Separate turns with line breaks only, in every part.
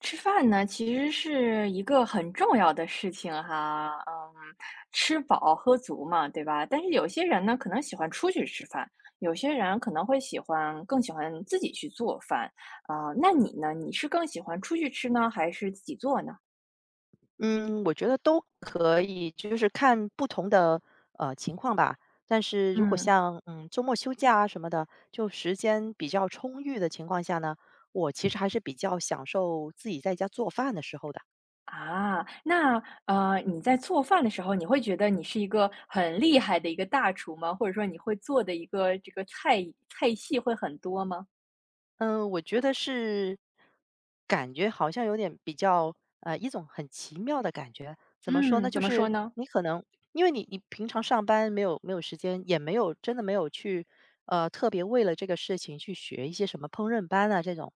吃饭呢，其实是一个很重要的事情哈，嗯，吃饱喝足嘛，对吧？但是有些人呢，可能喜欢出去吃饭，有些人可能会喜欢更喜欢自己去做饭，啊、那你呢？你是更喜欢出去吃呢，还是自己做呢？
嗯，我觉得都可以，就是看不同的情况吧。但是如果
嗯，
像周末休假啊什么的，就时间比较充裕的情况下呢，我其实还是比较享受自己在家做饭的时候的。
啊，那你在做饭的时候，你会觉得你是一个很厉害的一个大厨吗？或者说你会做的一个这个菜系会很多吗？
嗯，我觉得是，感觉好像有点比较，一种很奇妙的感觉。怎么说呢？
嗯，
就
怎么说
是
呢？
你可能因为你平常上班没有时间，也没有真的没有去，特别为了这个事情去学一些什么烹饪班啊这种，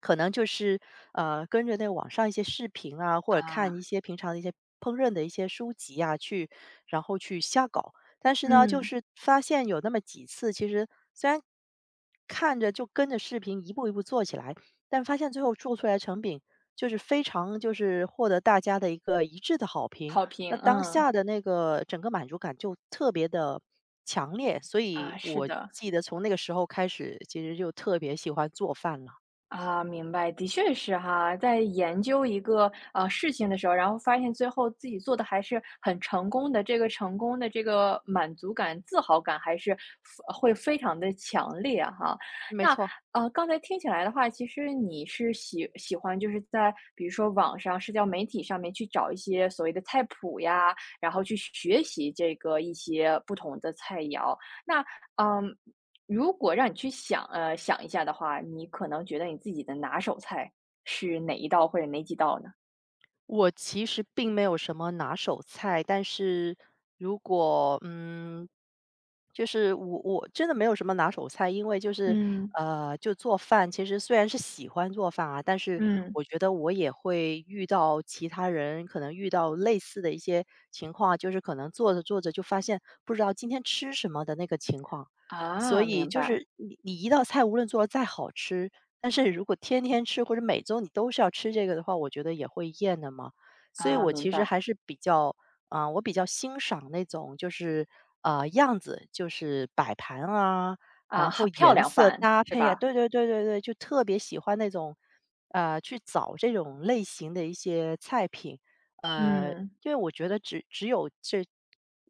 可能就是跟着那网上一些视频啊，或者看一
啊。
些平常的一些烹饪的一些书籍啊，然后去瞎搞。但是呢，就
嗯，
是发现有那么几次，其实虽然看着就跟着视频一步一步做起来，但发现最后做出来成品就是非常就是获得大家的一个一致的好评，
好评，
那当
嗯，
下的那个整个满足感就特别的强烈，所以
啊，是
我
的，
记得从那个时候开始，其实就特别喜欢做饭了。
啊，明白，的确是哈，在研究一个事情的时候，然后发现最后自己做的还是很成功的，这个成功的这个满足感、自豪感还是会非常的强烈哈。
没
那
错。
刚才听起来的话，其实你是喜欢就是在比如说网上、社交媒体上面去找一些所谓的菜谱呀，然后去学习这个一些不同的菜肴，那嗯。如果让你去想，想一下的话，你可能觉得你自己的拿手菜是哪一道或者哪几道呢？
我其实并没有什么拿手菜，但是如果就是我真的没有什么拿手菜，因为就是
嗯。
就做饭，其实虽然是喜欢做饭啊，但是
嗯。
我觉得我也会遇到其他人可能遇到类似的一些情况啊，就是可能做着做着就发现不知道今天吃什么的那个情况，所
啊，
以
明
就
白。
是你一道菜无论做的再好吃，但是如果天天吃，或者每周你都是要吃这个的话，我觉得也会厌的嘛。所以
啊，
我
明
其实
白。
还是比较，我比较欣赏那种就是样子，就是摆盘啊，然
啊，
后
好漂
颜
亮
色
饭
搭
是
配啊，
吧？
对对对对对，就特别喜欢那种，去找这种类型的一些菜品，呃，
嗯，
因为我觉得只有这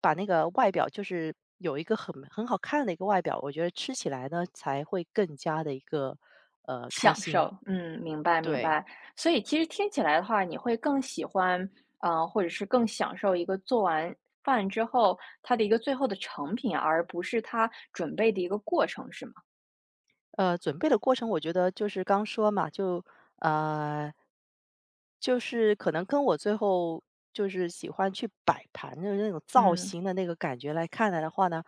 把那个外表就是有一个很好看的一个外表，我觉得吃起来呢才会更加的一个开
享
心。
受，嗯，明白明
对。
白。所以其实听起来的话，你会更喜欢，或者是更享受一个做完饭之后它的一个最后的成品，而不是它准备的一个过程，是吗？
准备的过程我觉得就是刚说嘛，就呃，就是可能跟我最后就是喜欢去摆盘的那种造
嗯。
型的那个感觉来看来的话呢，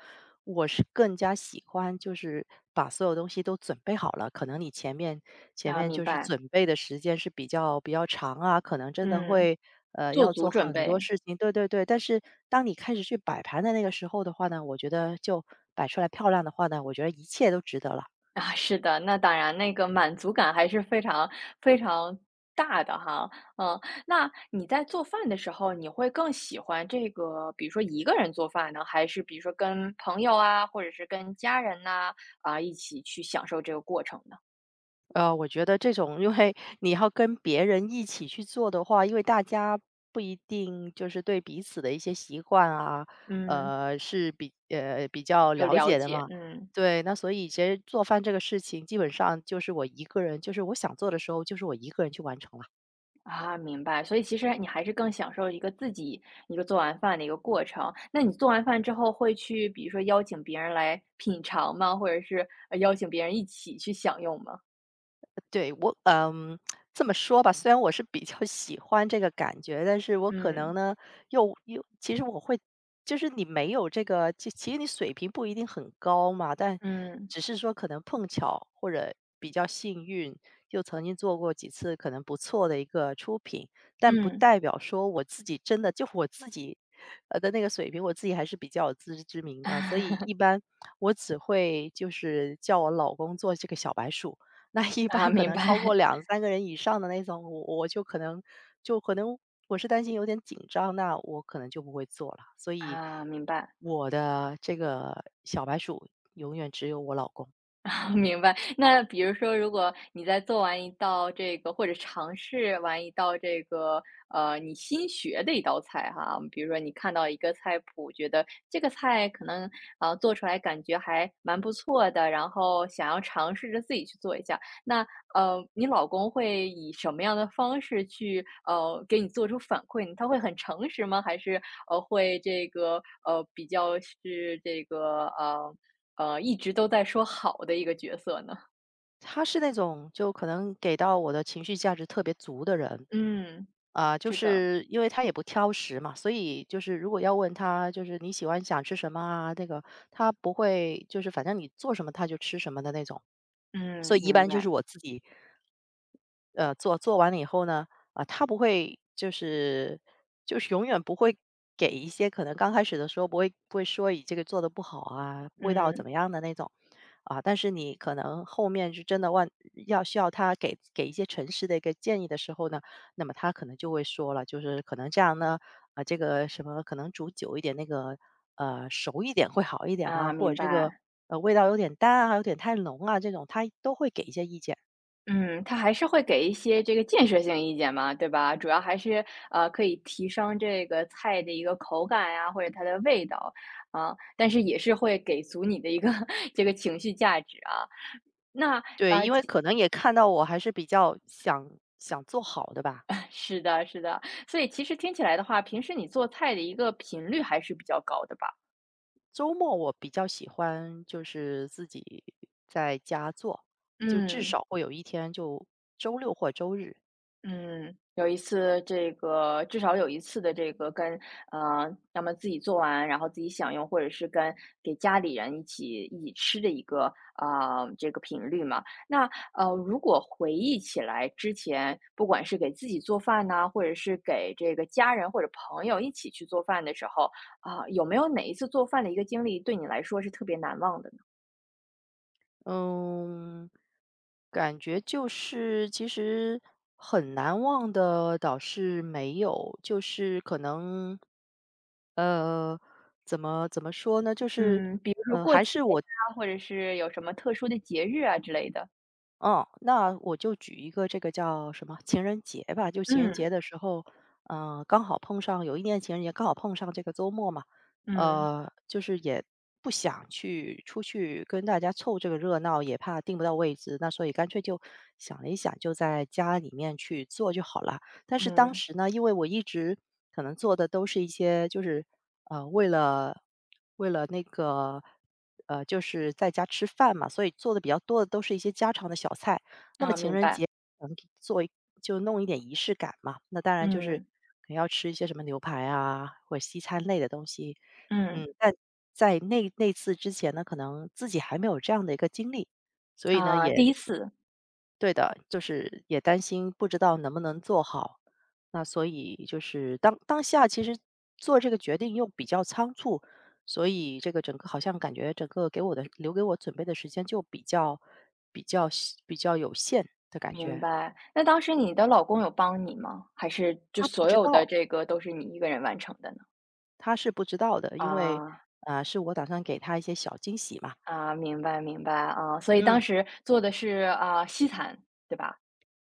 我是更加喜欢就是把所有东西都准备好了。可能你前面前
啊，
面
明
就是
白，
准备的时间是比较长啊，可能真的
嗯，
会
做
要
足
做
准
很多
备，
事情，对对对。但是当你开始去摆盘的那个时候的话呢，我觉得就摆出来漂亮的话呢，我觉得一切都值得了。
啊，是的，那当然，那个满足感还是非常大的哈。嗯，那你在做饭的时候，你会更喜欢这个，比如说一个人做饭呢，还是比如说跟朋友啊，或者是跟家人呐啊，一起去享受这个过程呢？
我觉得这种，因为你要跟别人一起去做的话，因为大家不一定就是对彼此的一些习惯啊，
嗯，
是比较
有
了
了
解的
解，
嘛。
嗯。
对，那所以其实做饭这个事情，基本上就是我一个人，就是我想做的时候，就是我一个人去完成了。
啊，明白。所以其实你还是更享受一个自己一个做完饭的一个过程。那你做完饭之后会去，比如说邀请别人来品尝吗？或者是邀请别人一起去享用吗？
对，这么说吧，虽然我是比较喜欢这个感觉，但是我可能
嗯，
呢，又其实我会，就是你没有这个，其实你水平不一定很高嘛，但
嗯，
只是说可能碰巧或者比较幸运，就曾经做过几次可能不错的一个出品，但不
嗯，
代表说我自己真的就我自己，的那个水平，我自己还是比较有自知之明的，所 以一般我只会就是叫我老公做这个小白鼠，那一
啊，
般可
明
能超过
白，
两三个人以上的那种，我就可能就可能我是担心有点紧张，那我可能就不会做了。所以
啊，明白，
我的这个小白鼠永远只有我老公。
明白。那比如说，如果你在做完一道这个，或者尝试完一道这个，你新学的一道菜哈，比如说你看到一个菜谱，觉得这个菜可能啊、做出来感觉还蛮不错的，然后想要尝试着自己去做一下。那你老公会以什么样的方式去给你做出反馈呢？他会很诚实吗？还是会这个比较是这个一直都在说好的一个角色呢？
他是那种就可能给到我的情绪价值特别足的人，
嗯，
就
是的，
是因为他也不挑食嘛，所以就是如果要问他，就是你喜欢想吃什么啊，这个他不会，就是反正你做什么他就吃什么的那种，所
嗯，
以一
明
般就是
白，
我自己，做完了以后呢，他不会就是永远不会给一些可能刚开始的时候不会说你这个做的不好啊，味道怎
嗯，
么样的那种。啊，但是你可能后面是真的要需要他给一些诚实的一个建议的时候呢，那么他可能就会说了，就是可能这样呢，啊，这个什么可能煮久一点，那个熟一点会好一点啊，
啊，
或者
明
这个
白，
味道有点淡啊，有点太浓啊，这种他都会给一些意见。
嗯，他还是会给一些这个建设性意见嘛，对吧？主要还是可以提升这个菜的一个口感呀，或者它的味道啊，但是也是会给足你的一个 这个情绪价值啊。那
对，因为可能也看到我还是比较想做好的吧。
是的，是的，所以其实听起来的话，平时你做菜的一个频率还是比较高的吧？
周末我比较喜欢就是自己在家做，就至
嗯，
少会有一天就周六或周日。
嗯，有一次这个至少有一次的这个跟要么自己做完，然后自己享用，或者是跟给家里人一起吃的一个啊、这个频率嘛。那如果回忆起来之前，不管是给自己做饭呐、或者是给这个家人或者朋友一起去做饭的时候啊、有没有哪一次做饭的一个经历对你来说是特别难忘的呢？
嗯，感觉就是其实很难忘的倒是没有，就是可能，呃，怎么说呢？就是，
嗯，比如说过
还
节
是我
呀、或者是有什么特殊的节日啊之类的。
哦，那我就举一个这个叫什么情人节吧，就情人节
嗯。
的时候，刚好碰上有一年情人节刚好碰上这个周末嘛，
嗯。
就是也不想去出去跟大家凑这个热闹，也怕订不到位置，那所以干脆就想了一想，就在家里面去做就好了。但是当
嗯，
时呢，因为我一直可能做的都是一些就是呃，为了为了那个，就是在家吃饭嘛，所以做的比较多的都是一些家常的小菜。那么
啊，
情
明
人节
白，
能做一就弄一点仪式感嘛，那当然就是
嗯，
可能要吃一些什么牛排啊，或者西餐类的东西。
嗯，
但在那次之前呢，可能自己还没有这样的一个经历，所以呢，
啊，
也
第一次，
对的，就是也担心不知道能不能做好，那所以就是当下其实做这个决定又比较仓促，所以这个整个好像感觉整个给我的留给我准备的时间就比较细比较有限的感
明
觉。
白。那当时你的老公有帮你吗？还是就
他不
所
知
有的
道，
这个都是你一个人完成的呢？
他是不知道的，因为，
啊，
啊，是我打算给他一些小惊喜嘛，
啊，明白明白，啊，所以当
嗯。
时做的是，啊，西餐，对吧？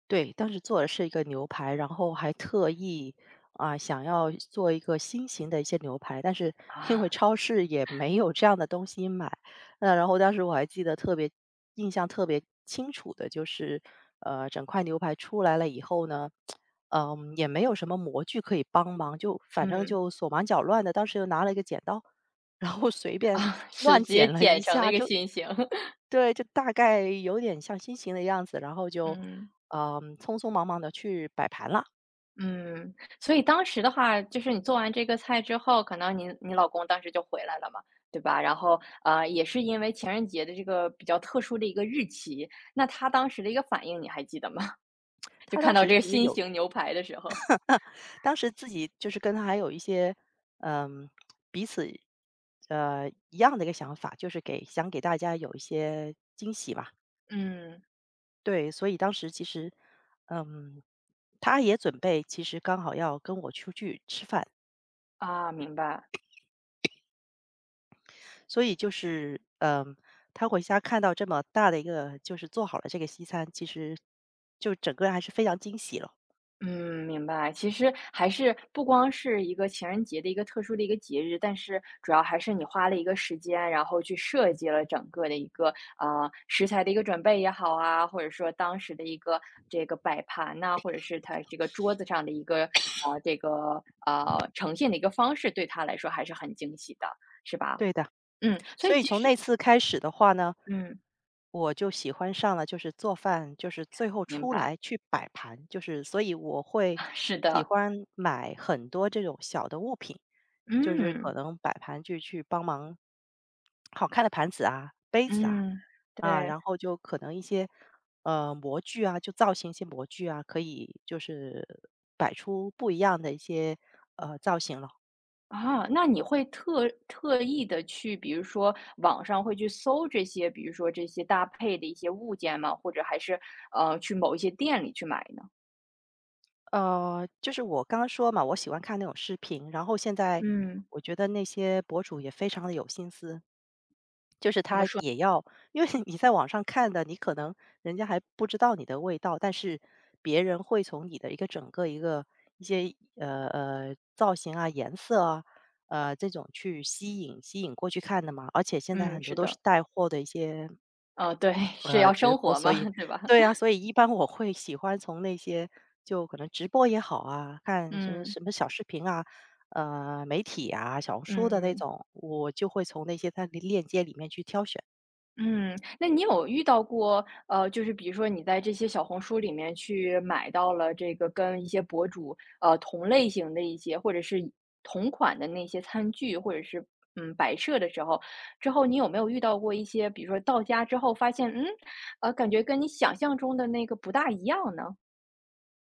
对，当时做的是一个牛排，然后还特意想要做一个新型的一些牛排，但是 因为
啊，
超市也没有这样的东西买，那然后当时我还记得特别印象特别清楚的就是，整块牛排出来了以后呢，也没有什么模具可以帮忙，就反正
嗯，
就手忙脚乱的，当时又拿了一个剪刀，然后随
啊，
便
是，
乱
直接
剪了一
剪成了
下，
一个
就
心形，
对，就大概有点像心情的样子，然后 就，
嗯。
嗯，匆匆忙忙的去摆盘了。
嗯，所以当时的话，就是你做完这个菜之后，可能你老公当时就回来了嘛，对吧？然后，也是因为情人节的这个比较特殊的一个日期，那他当时的一个反应你还记得吗？就
他
看
当
到
时
这
其
个
实
新
有
型牛排的时候。
当时自己就是跟他还有一些，嗯，彼此，一样的一个想法，就是想给大家有一些惊喜吧。
嗯，
对，所以当时其实，嗯，他也准备其实刚好要跟我出去吃饭。
啊，明白。
所以就是，嗯，他回家看到这么大的一个就是做好了这个西餐，其实就整个人还是非常惊喜了。
嗯，明白。其实还是不光是一个情人节的一个特殊的一个节日，但是主要还是你花了一个时间，然后去设计了整个的一个食材的一个准备也好啊，或者说当时的一个这个摆盘呐、或者是它这个桌子上的一个这个呈现的一个方式，对他来说还是很惊喜的，是吧？
对的。
嗯，所以
所以
其
从
实
那次开始的话呢，
嗯，
我就喜欢上了，就是做饭，就是最后
明
出
白，
来去摆盘，就是所以我会
是
喜
的，
欢买很多这种小的物品，就是
嗯。
可能摆盘就去帮忙，好看的盘子啊、杯子啊，
嗯，
啊，
对。
然后就可能一些模具啊，就造型一些模具啊，可以就是摆出不一样的一些造型了。
啊，那你会特意的去，比如说网上会去搜这些，比如说这些搭配的一些物件吗？或者还是，去某一些店里去买呢？
就是我刚刚说嘛，我喜欢看那种视频，然后现在
嗯，
我觉得那些博主也非常的有心思，就是
怎么
他
说
也要，因为 你在网上看的，你可能人家还不知道你的味道，但是别人会从你的一个整个一个一些造型啊、颜色啊，这种去吸引过去看的嘛。而且现在
嗯，
很多
是
都是
的，
带货的一些。
对，是要生活嘛，对吧？
对呀，所以一般我会喜欢从那些就可能直播也好啊，看什么
嗯，
什么小视频啊，媒体啊，小红书的那
嗯。
种，我就会从那些它的链接里面去挑选。
嗯，那你有遇到过，就是比如说你在这些小红书里面去买到了这个跟一些博主，同类型的一些，或者是同款的那些餐具，或者是嗯摆设的时候，之后你有没有遇到过一些，比如说到家之后发现，嗯，感觉跟你想象中的那个不大一样呢？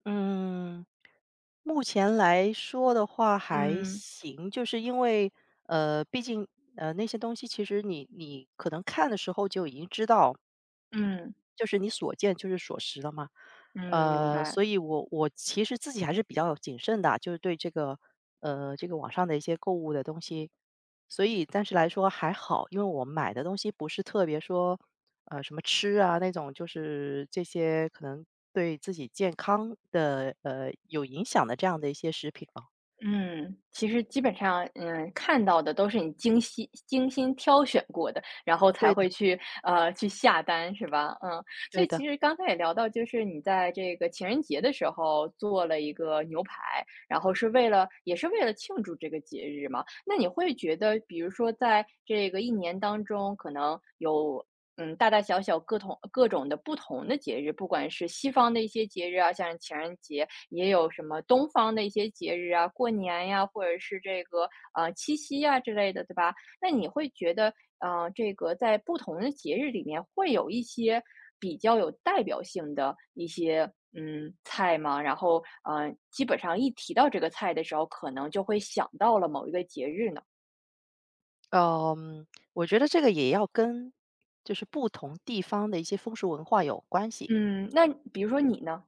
嗯，目前来说的话还
嗯。
行，就是因为毕竟那些东西其实你可能看的时候就已经知道
嗯。
就是你所见就是所识了嘛。
嗯，明白。
所以我其实自己还是比较谨慎的，就是对这个这个网上的一些购物的东西，所以暂时来说还好，因为我买的东西不是特别说什么吃啊那种，就是这些可能对自己健康的有影响的这样的一些食品了。
嗯，其实基本上，嗯，看到的都是你精心挑选过的，然后才
对的，
会去去下单，是吧？嗯，所
对
以
的。
其实刚才也聊到，就是你在这个情人节的时候做了一个牛排，然后是为了也是为了庆祝这个节日嘛。那你会觉得，比如说在这个一年当中，可能有。嗯，大大小小各种的不同的节日，不管是西方的一些节日啊，像是情人节，也有什么东方的一些节日啊，过年呀，或者是这个七夕呀之类的，对吧？那你会觉得，这个在不同的节日里面会有一些比较有代表性的一些嗯菜吗？然后，基本上一提到这个菜的时候，可能就会想到了某一个节日呢。
嗯，我觉得这个也要跟就是不同地方的一些风俗文化有关系。
嗯，那比如说你呢？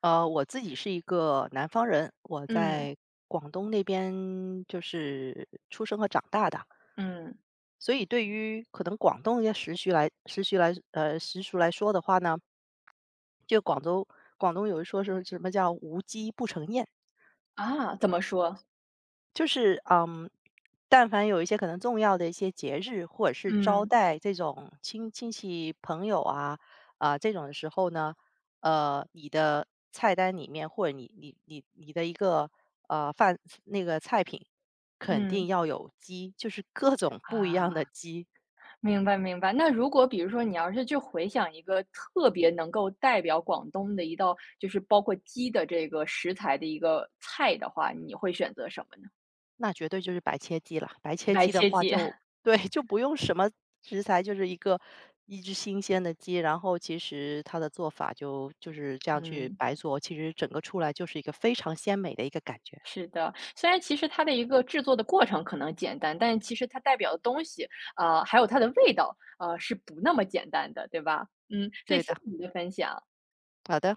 我自己是一个南方人，我
嗯。
在广东那边就是出生和长大的，
嗯
所以对于可能广东一些时俗来说的话呢，就广东有一说是什么叫无鸡不成宴。
啊，怎么说？
就是，嗯，但凡有一些可能重要的一些节日，或者是招
嗯。
待这种亲戚朋友啊，啊，这种的时候呢，你的菜单里面或者你的一个那个菜品，肯定
嗯
要有鸡，就是各种不一样的
啊。
鸡。
明白明白，那如果比如说你要是去回想一个特别能够代表广东的一道，就是包括鸡的这个食材的一个菜的话，你会选择什么呢？
那绝对就是白切鸡了。白切
白
鸡的
切
话
鸡，
就对，就不用什么食材，就是一只新鲜的鸡，然后其实它的做法就是这样去
嗯，
白做，其实整个出来就是一个非常鲜美的一个感觉。
是的。虽然其实它的一个制作的过程可能简单，但其实它代表的东西，还有它的味道，是不那么简单的，对吧？嗯，所以
对
谢谢
的，
你的分享。
好的。